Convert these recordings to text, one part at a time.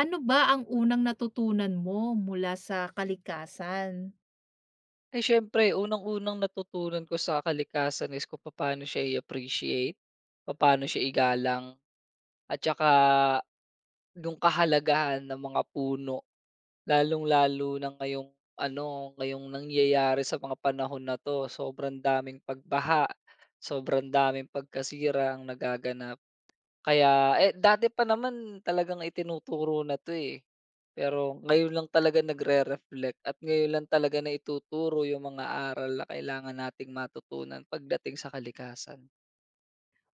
Ano ba ang unang natutunan mo mula sa kalikasan? Ay siyempre unang-unang natutunan ko sa kalikasan is kung papaano siya i-appreciate, paano siya igalang, at saka yung kahalagahan ng mga puno. Lalong-lalo na ngayong ano, ngayong nangyayari sa mga panahon na 'to, sobrang daming pagbaha, sobrang daming pagkasira ang nagaganap. Kaya eh, dati pa naman talagang itinuturo na 'to, eh. Pero ngayon lang talaga nagre-reflect at ngayon lang talaga na ituturo yung mga aral na kailangan nating matutunan pagdating sa kalikasan.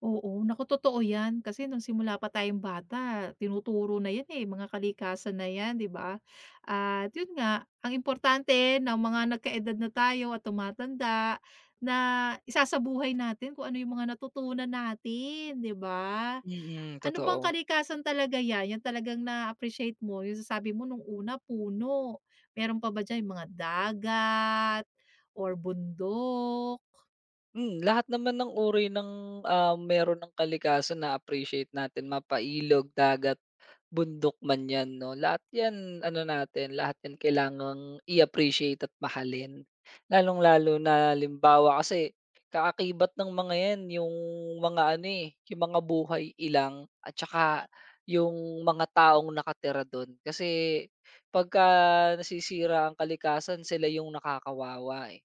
Oo, naku totoo 'yan kasi nung simula pa tayong bata tinuturo na 'yan, eh, mga kalikasan na 'yan, 'di ba? At 'yun nga, ang importante ng mga nagkaedad na tayo at tumatanda na isasabuhay natin kung ano yung mga natutunan natin, 'di ba? Mm. Ano bang Totoo. kalikasan talaga 'yan, 'yan talagang na-appreciate mo, yung sasabi mo nung una puno, meron pa ba diyan yung mga dagat or bundok? Lahat naman ng uri ng, meron ng kalikasan na-appreciate natin mapailog, dagat, bundok man 'yan 'no, lahat 'yan ano natin, lahat 'yan kailangang i-appreciate at mahalin. Lalong-lalo na limbawa kasi kaakibat ng mga 'yan yung mga ano, eh, yung mga buhay ilang at saka yung mga taong nakatira dun. Kasi pagka nasisira ang kalikasan sila yung nakakawawa, eh.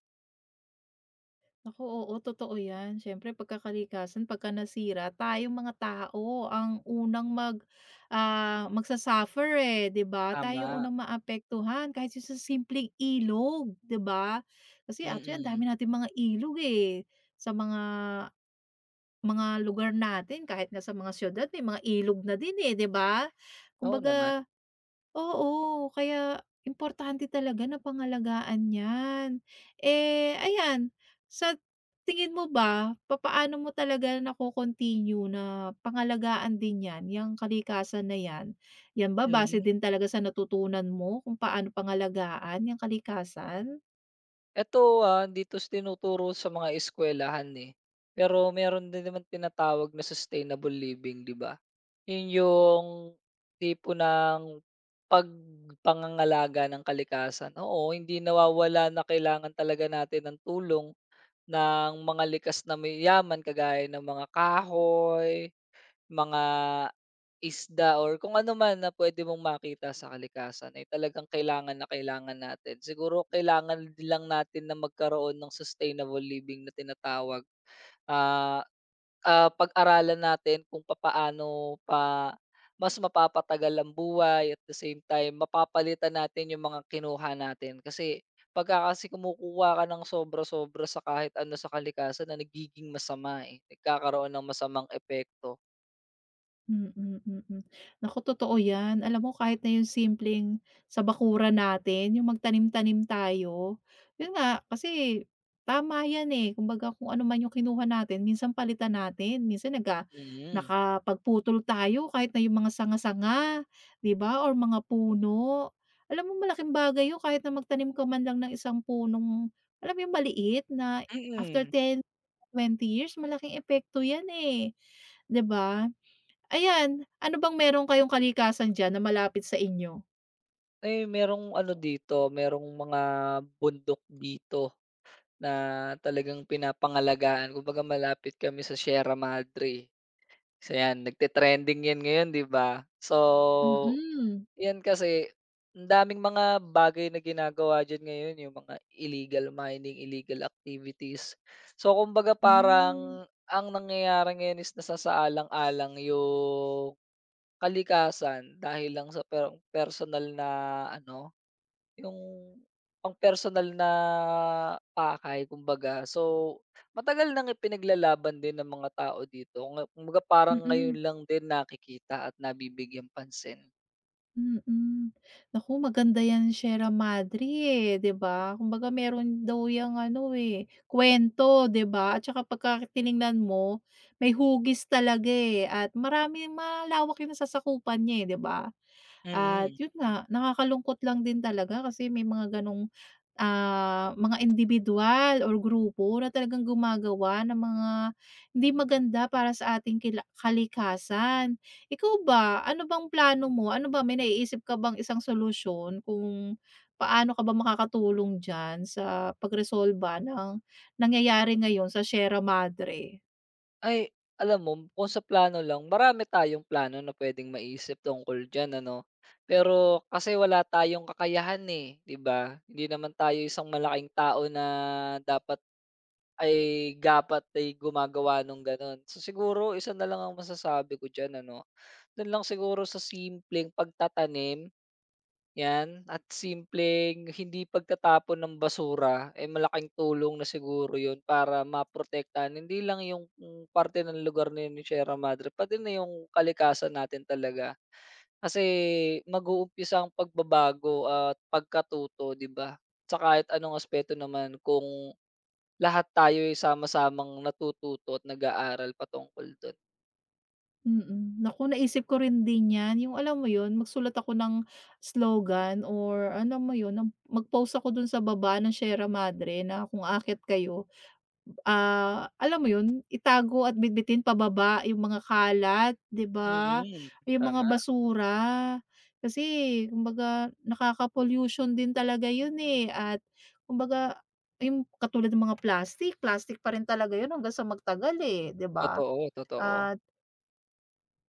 Naku, oo totoo 'yan. Siyempre pagka kalikasan, pagka nasira tayong mga tao ang unang magsa-suffer, eh, 'di ba? Tayo Tama, unang maapektuhan kahit yung sa simpleng ilog, 'di ba? Kasi actually ang mm. dami natin mga ilog, eh, sa mga lugar natin kahit nga sa mga siyudad may mga ilog na din, eh, 'di ba? Oo naman, Kumbaga oo, kaya importante talaga na pangalagaan 'yan. Eh, ayan, sa tingin mo ba papaano mo talaga nako-continue na pangalagaan din 'yan, 'yang kalikasan na 'yan? 'Yan ba base mm. din talaga sa natutunan mo kung paano pangalagaan 'yang kalikasan? Eto, dito 'to tinuturo sa mga eskuwelahan, eh, pero meron din naman tinatawag na sustainable living, 'di ba? 'Yun yung tipo ng pag pangangalaga ng kalikasan. Oo, hindi nawawala na kailangan talaga natin ng tulong ng mga likas na mayayaman kagaya ng mga kahoy, mga isda or kung ano man na pwede mong makita sa kalikasan ay talagang kailangan na kailangan natin. Siguro kailangan din lang natin na magkaroon ng sustainable living na tinatawag. Ah, pag-aralan natin kung papaano pa mas mapapatagal ang buhay at the same time mapapalitan natin yung mga kinuha natin. Kasi pagka kasi kumukuha ka ng sobra-sobra sa kahit ano sa kalikasan na nagiging masama, eh, nagkakaroon ng masamang epekto. Mm, mm. Naku, totoo 'yan. Alam mo kahit na yung simpleng sa bakura natin, yung magtanim-tanim tayo. Yun nga, kasi tama 'yan, eh. Kumbaga kung ano man yung kinuha natin minsan palitan natin. Minsan Mm, nakapagputol tayo kahit na yung mga sanga-sanga, 'di ba, or mga puno. Alam mo malaking bagay yun kahit na magtanim ka man lang ng isang punong alam mo yung maliit na after mm. 10-20 years malaking epekto 'yan, eh, 'di ba? Ayan, ano bang meron kayong kalikasan diyan na malapit sa inyo? Eh, merong ano dito, merong mga bundok dito na talagang pinapangalagaan. Kumbaga malapit kami sa Sierra Madre. So 'yan, nagte-trending 'yan ngayon, 'di ba? So, Mm, 'yan kasi ang daming mga bagay na ginagawa diyan ngayon, yung mga illegal mining, illegal activities. So, kumbaga hmm, parang ang nangyayari ngayon is nasasaalang-alang yung kalikasan dahil lang sa per personal na ano yung pang-personal na pakay kumbaga. So, matagal nang ipinaglalaban din ng mga tao dito nga kumbaga parang ngayon mm, lang din nakikita at nabibigyan pansin. mm. Naku maganda 'yan Sierra Madre, eh, 'di ba? Kumbaga meron daw 'yang ano, eh, kuwento 'di ba at saka pagka tiningnan mo may hugis talaga, eh, at marami malawak 'yung nasasakupan niya, eh, 'di ba? At Mm, 'yun hmm. nga, nakakalungkot lang din talaga kasi may mga gano'ng ah, mga individual or grupo na talagang gumagawa ng mga hindi maganda para sa ating kila kalikasan. Ikaw ba, ano bang plano mo? Ano ba, may naiisip ka bang isang solusyon kung paano ka ba makakatulong diyan sa pagresolba ng nangyayari ngayon sa Sierra Madre? Ay, alam mo kung sa plano lang, marami tayong plano na puwedeng maisip tungkol diyan ano. Pero kasi wala tayong kakayahan, eh, 'di ba? Hindi naman tayo isang malaking tao na dapat dapat ay gumagawa nung gano'n. So, siguro isa na lang ang masasabi ko diyan ano, do'n lang siguro sa simpleng pagtatanim, 'yan, at simpleng hindi pagtatapon ng basura, eh, malaking tulong na siguro 'yun para maprotektahan hindi lang yung parte ng lugar na 'yun ni Sierra Madre, pati na yung kalikasan natin talaga. Kasi mag-uumpisa ang pagbabago at pagkatuto, 'di ba? Sa kahit anong aspeto naman kung lahat tayo ay sama-samang natututo at nag-aaral patungkol dun. Mm. Naku, naisip ko rin din 'yan, yung alam mo 'yun, magsulat ako ng slogan or ano mo 'yun, ng mag-post ako dun sa baba ng Sierra Madre na kung aakyat kayo, ah, alam mo 'yun, itago at bitbitin pababa yung mga kalat, 'di ba? Mm, Yung mga tama, basura. Kasi kumbaga nakaka-pollution din talaga 'yun, eh, at kumbaga yung katulad ng mga plastic, plastic pa rin talaga 'yun hanggang sa magtagal, eh, 'di ba? totoo, totoo. Ah,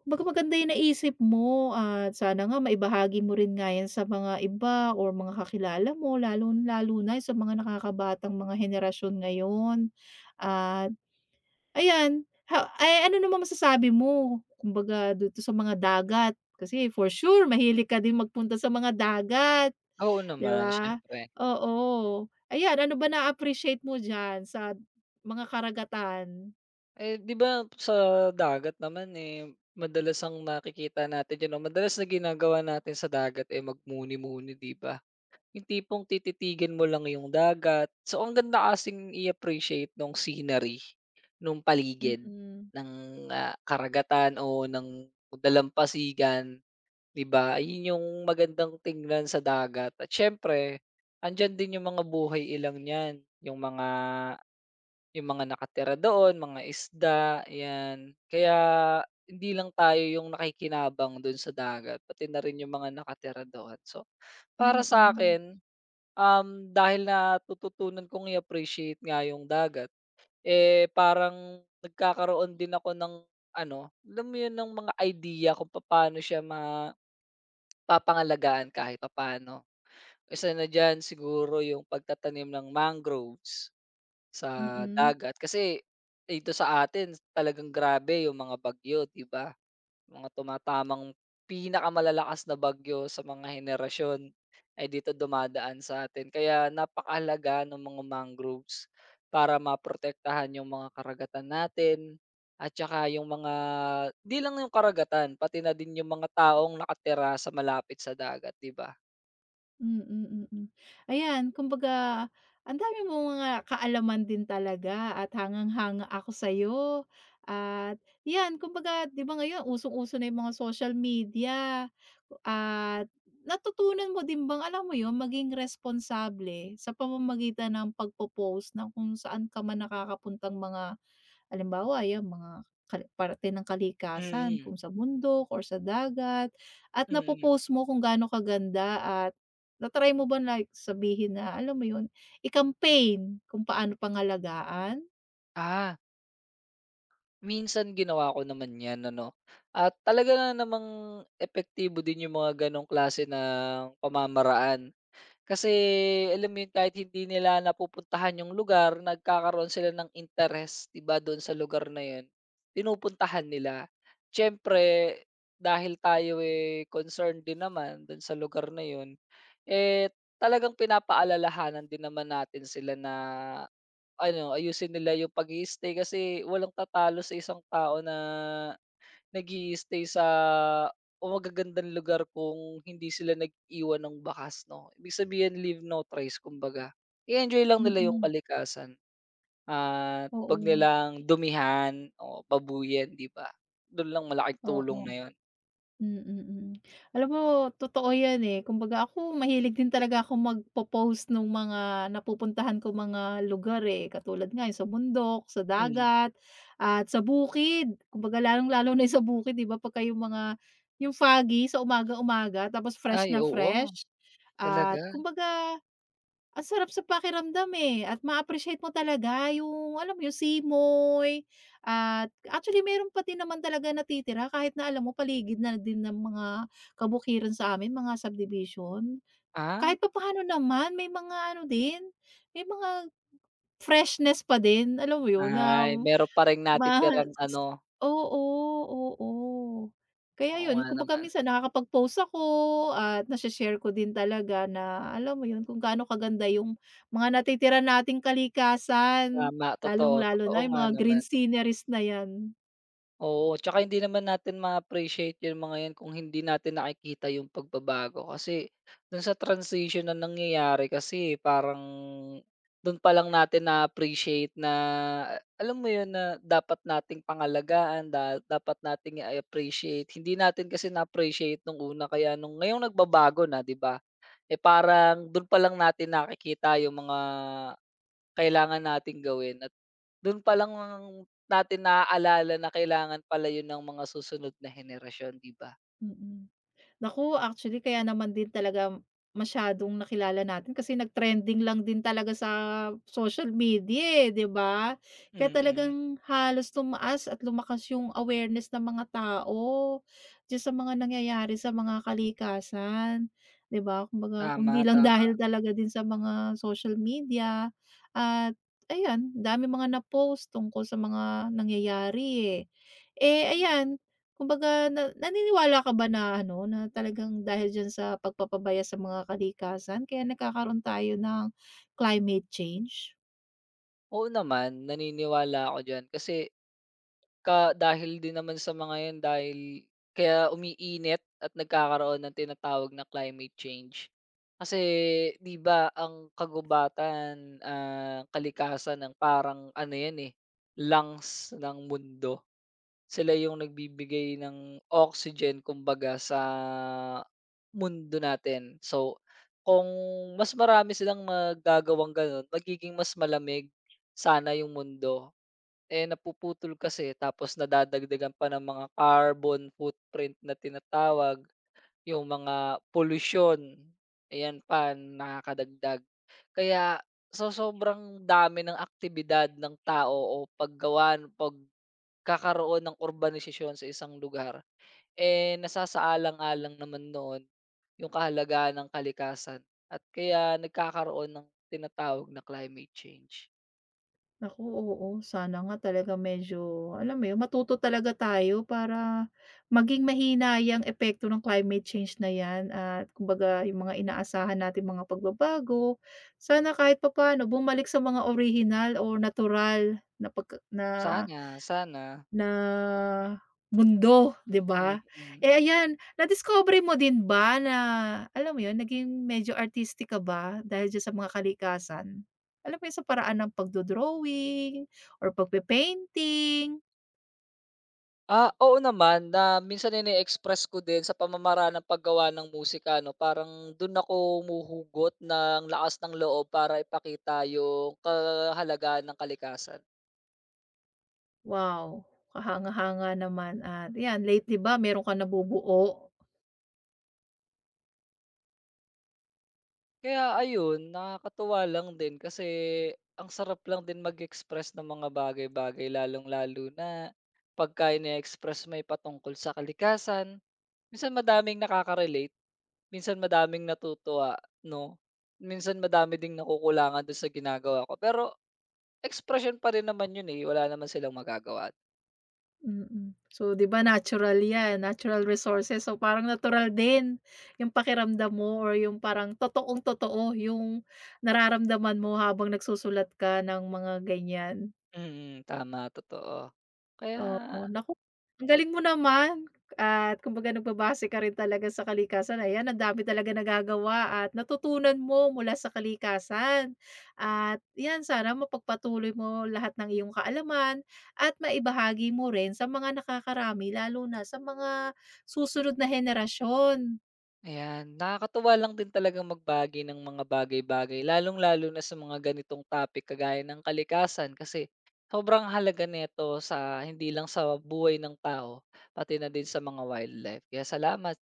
kumbaga maganda yung naisip mo at sana nga maibahagi mo rin nga yan sa mga iba or mga kakilala mo lalo lalo na sa mga nakakabatang mga henerasyon ngayon. At ayan, ha ay ano naman masasabi mo kumbaga dito sa mga dagat? Kasi for sure mahilig ka din magpunta sa mga dagat, Oo 'di naman ba? siyempre. Oo. Ayan, ano ba na-appreciate mo diyan sa mga karagatan? Eh, 'di ba sa dagat naman, eh, madalas ang nakikita natin diyan o madalas na ginagawa natin sa dagat, eh, magmuni-muni 'di ba? Yung tipong tititigan mo lang yung dagat. So, ang ganda kasing i-appreciate nung scenery, nung paligid Mm, ng, karagatan o ng dalampasigan. 'Di ba, yun yung magandang tingnan sa dagat at siyempre andiyan din yung mga buhay ilang niyan, yung mga nakatira doon, mga isda, 'yan. Kaya hindi lang tayo yung nakikinabang dun sa dagat, pati na rin yung mga nakatira doon. So, para mm, sa mm. akin dahil na tututunan kong i-appreciate nga yung dagat, eh, parang nagkakaroon din ako ng ano, alam mo yun, ng mga idea kung paano siya papangalagaan kahit papaano. Isa na diyan siguro yung pagtatanim ng mangroves sa Mm. dagat kasi eh, dito sa atin talagang grabe yung mga bagyo, 'di ba? Mga tumatamang pinakamalalakas na bagyo sa mga henerasyon ay dito dumadaan sa atin. Kaya napakahalaga ng mga mangroves para maprotektahan yung mga karagatan natin at saka yung mga di lang yung karagatan, pati na din yung mga taong nakatira sa malapit sa dagat, 'di ba? Mm, mm, mm. Ayan kumbaga ang dami mong mga kaalaman din talaga at hangang-hanga ako sa'yo at 'yan kumbaga 'di ba ngayon usong-uso na yung mga social media at natutunan mo din bang alam mo yun maging responsable sa pamamagitan ng pagpo-post ng kung saan ka man nakakapuntang mga halimbawa, yang mga parte ng kalikasan Mm, kung sa bundok or sa dagat at mm. napo-post mo kung gaano kaganda at na mo ba like sabihin na alam mo yun, i-campaign kung paano pangalagaan? Ah, minsan ginawa ko naman 'yan ano, at talaga na namang epektibo din yung mga gano'ng klase ng pamamaraan. Kasi alam mo yun, kahit hindi nila napupuntahan yung lugar, nagkakaroon sila ng interes, 'di ba, do'n sa lugar na yun, pinupuntahan nila. Siyempre, dahil tayo, eh, concerned din naman do'n sa lugar na yun, eh, talagang pinapaalalahanan din naman natin sila na ano, ayusin nila yung pag stay kasi walang tatalo sa isang tao na nag-i-stay sa o magagandang lugar kung hindi sila nag-iwan ng bakas 'no. Ibig sabihin leave no trace kumbaga. I-enjoy lang nila yung Mm, kalikasan at 'wag oo, nilang dumihan o pabuyan, 'di ba? Dun lang malaking tulong oo. na yun. Mm, mm. Alam mo totoo 'yan, eh, kumbaga ako mahilig din talaga ako magpo-post nung mga napupuntahan ko mga lugar, eh, katulad nga yung sa bundok, sa Mm. dagat, at sa bukid. Kumbaga lalong-lalo na yung sa bukid 'di ba, pagka yung mga yung foggy sa umaga-umaga tapos fresh Ay na oo, fresh at talaga. kumbaga ang sarap sa pakiramdam, eh, at ma-appreciate mo talaga yung alam mo yung simoy at actually meron pa din naman talaga natitira kahit na alam mo paligid na din ng mga kabukiran sa amin, mga subdivision. Kahit Ah, pa paano naman may mga ano din, may mga freshness pa din, alam mo yun, na ay meron pa ring mas natitirang ano, oo, oo. Kaya oo yun nga kumbaga naman. minsan nakakapag-post ako at nashe-share ko din talaga na alam mo yun kung gaano kaganda yung mga natitira nating kalikasan, Tama, totoo, lalong-lalo totoo na yung nga mga green naman. sceneries na yan. Oo, tsaka hindi naman natin ma-appreciate yung mga yan kung hindi natin nakikita yung pagbabago kasi dun sa transition na nangyayari kasi parang dun pa lang natin na-appreciate na alam mo yun na dapat nating pangalagaan, dapat nating i-appreciate. Hindi natin kasi na-appreciate nung una kaya nung ngayong nagbabago na, 'di ba? Eh parang dun pa lang natin nakikita yung mga kailangan nating gawin. Dun palang natin naaalala na kailangan pala yun ng mga susunod na henerasyon, 'di ba? Mm. Naku, actually kaya naman din talaga masyadong nakilala natin kasi nag-trending lang din talaga sa social media, eh, 'di ba? Kaya Mm, talagang halos tumaas at lumakas yung awareness ng mga tao diyan sa mga nangyayari sa mga kalikasan, 'di ba? Kumbaga kundi tama, lang tama. dahil talaga din sa mga social media at ayan, dami mga na-post tungkol sa mga nangyayari, eh. Eh, ayan, kumbaga na naniniwala ka ba na ano, na talagang dahil diyan sa pagpapabaya sa mga kalikasan kaya nagkakaroon tayo ng climate change? Oo naman, naniniwala ako diyan kasi dahil din naman sa mga yan dahil kaya umiinit at nagkakaroon ng tinatawag na climate change. Kasi 'di ba ang kagubatan, kalikasan ng parang ano yan, eh, lungs ng mundo. Sila yung nagbibigay ng oxygen kumbaga sa mundo natin. So, kung mas marami silang magagawang gano'n, magiging mas malamig sana yung mundo. Eh, napuputol kasi tapos nadadagdagan pa ng mga carbon footprint na tinatawag, yung mga polusyon, ayan pa, nakakadagdag. Kaya so sobrang dami ng aktibidad ng tao o paggawa kakaroon ng urbanisasyon sa isang lugar, eh, nasasaalang-alang naman noon yung kahalagahan ng kalikasan at kaya nagkakaroon ng tinatawag na climate change. Naku, oo. Sana nga talaga medyo alam mo 'yun, matuto talaga tayo para maging mahina yung epekto ng climate change na 'yan at kumbaga yung mga inaasahan natin mga pagbabago, sana kahit papaano bumalik sa mga original o natural na pagka na Sana, sana, Na mundo, 'di ba? mm. Eh, ayan, nadiskubre mo din ba na alam mo 'yun, naging medyo artistic ka ba dahil diyan sa mga kalikasan? Alam mo 'yun, sa paraan ng pagdo-drawing or pagpe-painting? Ah, oo naman na minsan ine-express ko din sa pamamaraan ng paggawa ng musika 'no, parang dun ako humuhugot ng lakas ng loob para ipakita yung kahalagahan ng kalikasan. Wow, kahanga-hanga naman at 'yan lately ba meron kang nabubuo? Kaya ayun, nakakatuwa lang din kasi ang sarap lang din mag-express ng mga bagay-bagay lalong-lalo na pagka ine-express may patungkol sa kalikasan. Minsan madaming nakaka-relate, minsan madaming natutuwa, 'no? Minsan madami ding nakukulangan dun sa ginagawa ko, pero expression pa rin naman yun, eh, wala naman silang magagawa. Mm. So, 'di ba natural 'yan, natural resources. So, parang natural din yung pakiramdam mo or yung parang totoong-totoo yung nararamdaman mo habang nagsusulat ka ng mga ganiyan. Mm, tama, totoo. Kaya Oo, naku, ang galing mo naman at kumbaga nagbabase ka rin talaga sa kalikasan. Ayan, ang dami talaga nagagawa at natutunan mo mula sa kalikasan. At 'yan, sana mapagpatuloy mo lahat ng iyong kaalaman at maibahagi mo rin sa mga nakakarami lalo na sa mga susunod na henerasyon. ayan, nakakatuwa lang din talagang magbagi ng mga bagay-bagay lalong-lalo na sa mga ganitong topic kagaya ng kalikasan kasi sobrang halaga nito sa hindi lang sa buhay ng tao pati na din sa mga wildlife. Kaya salamat.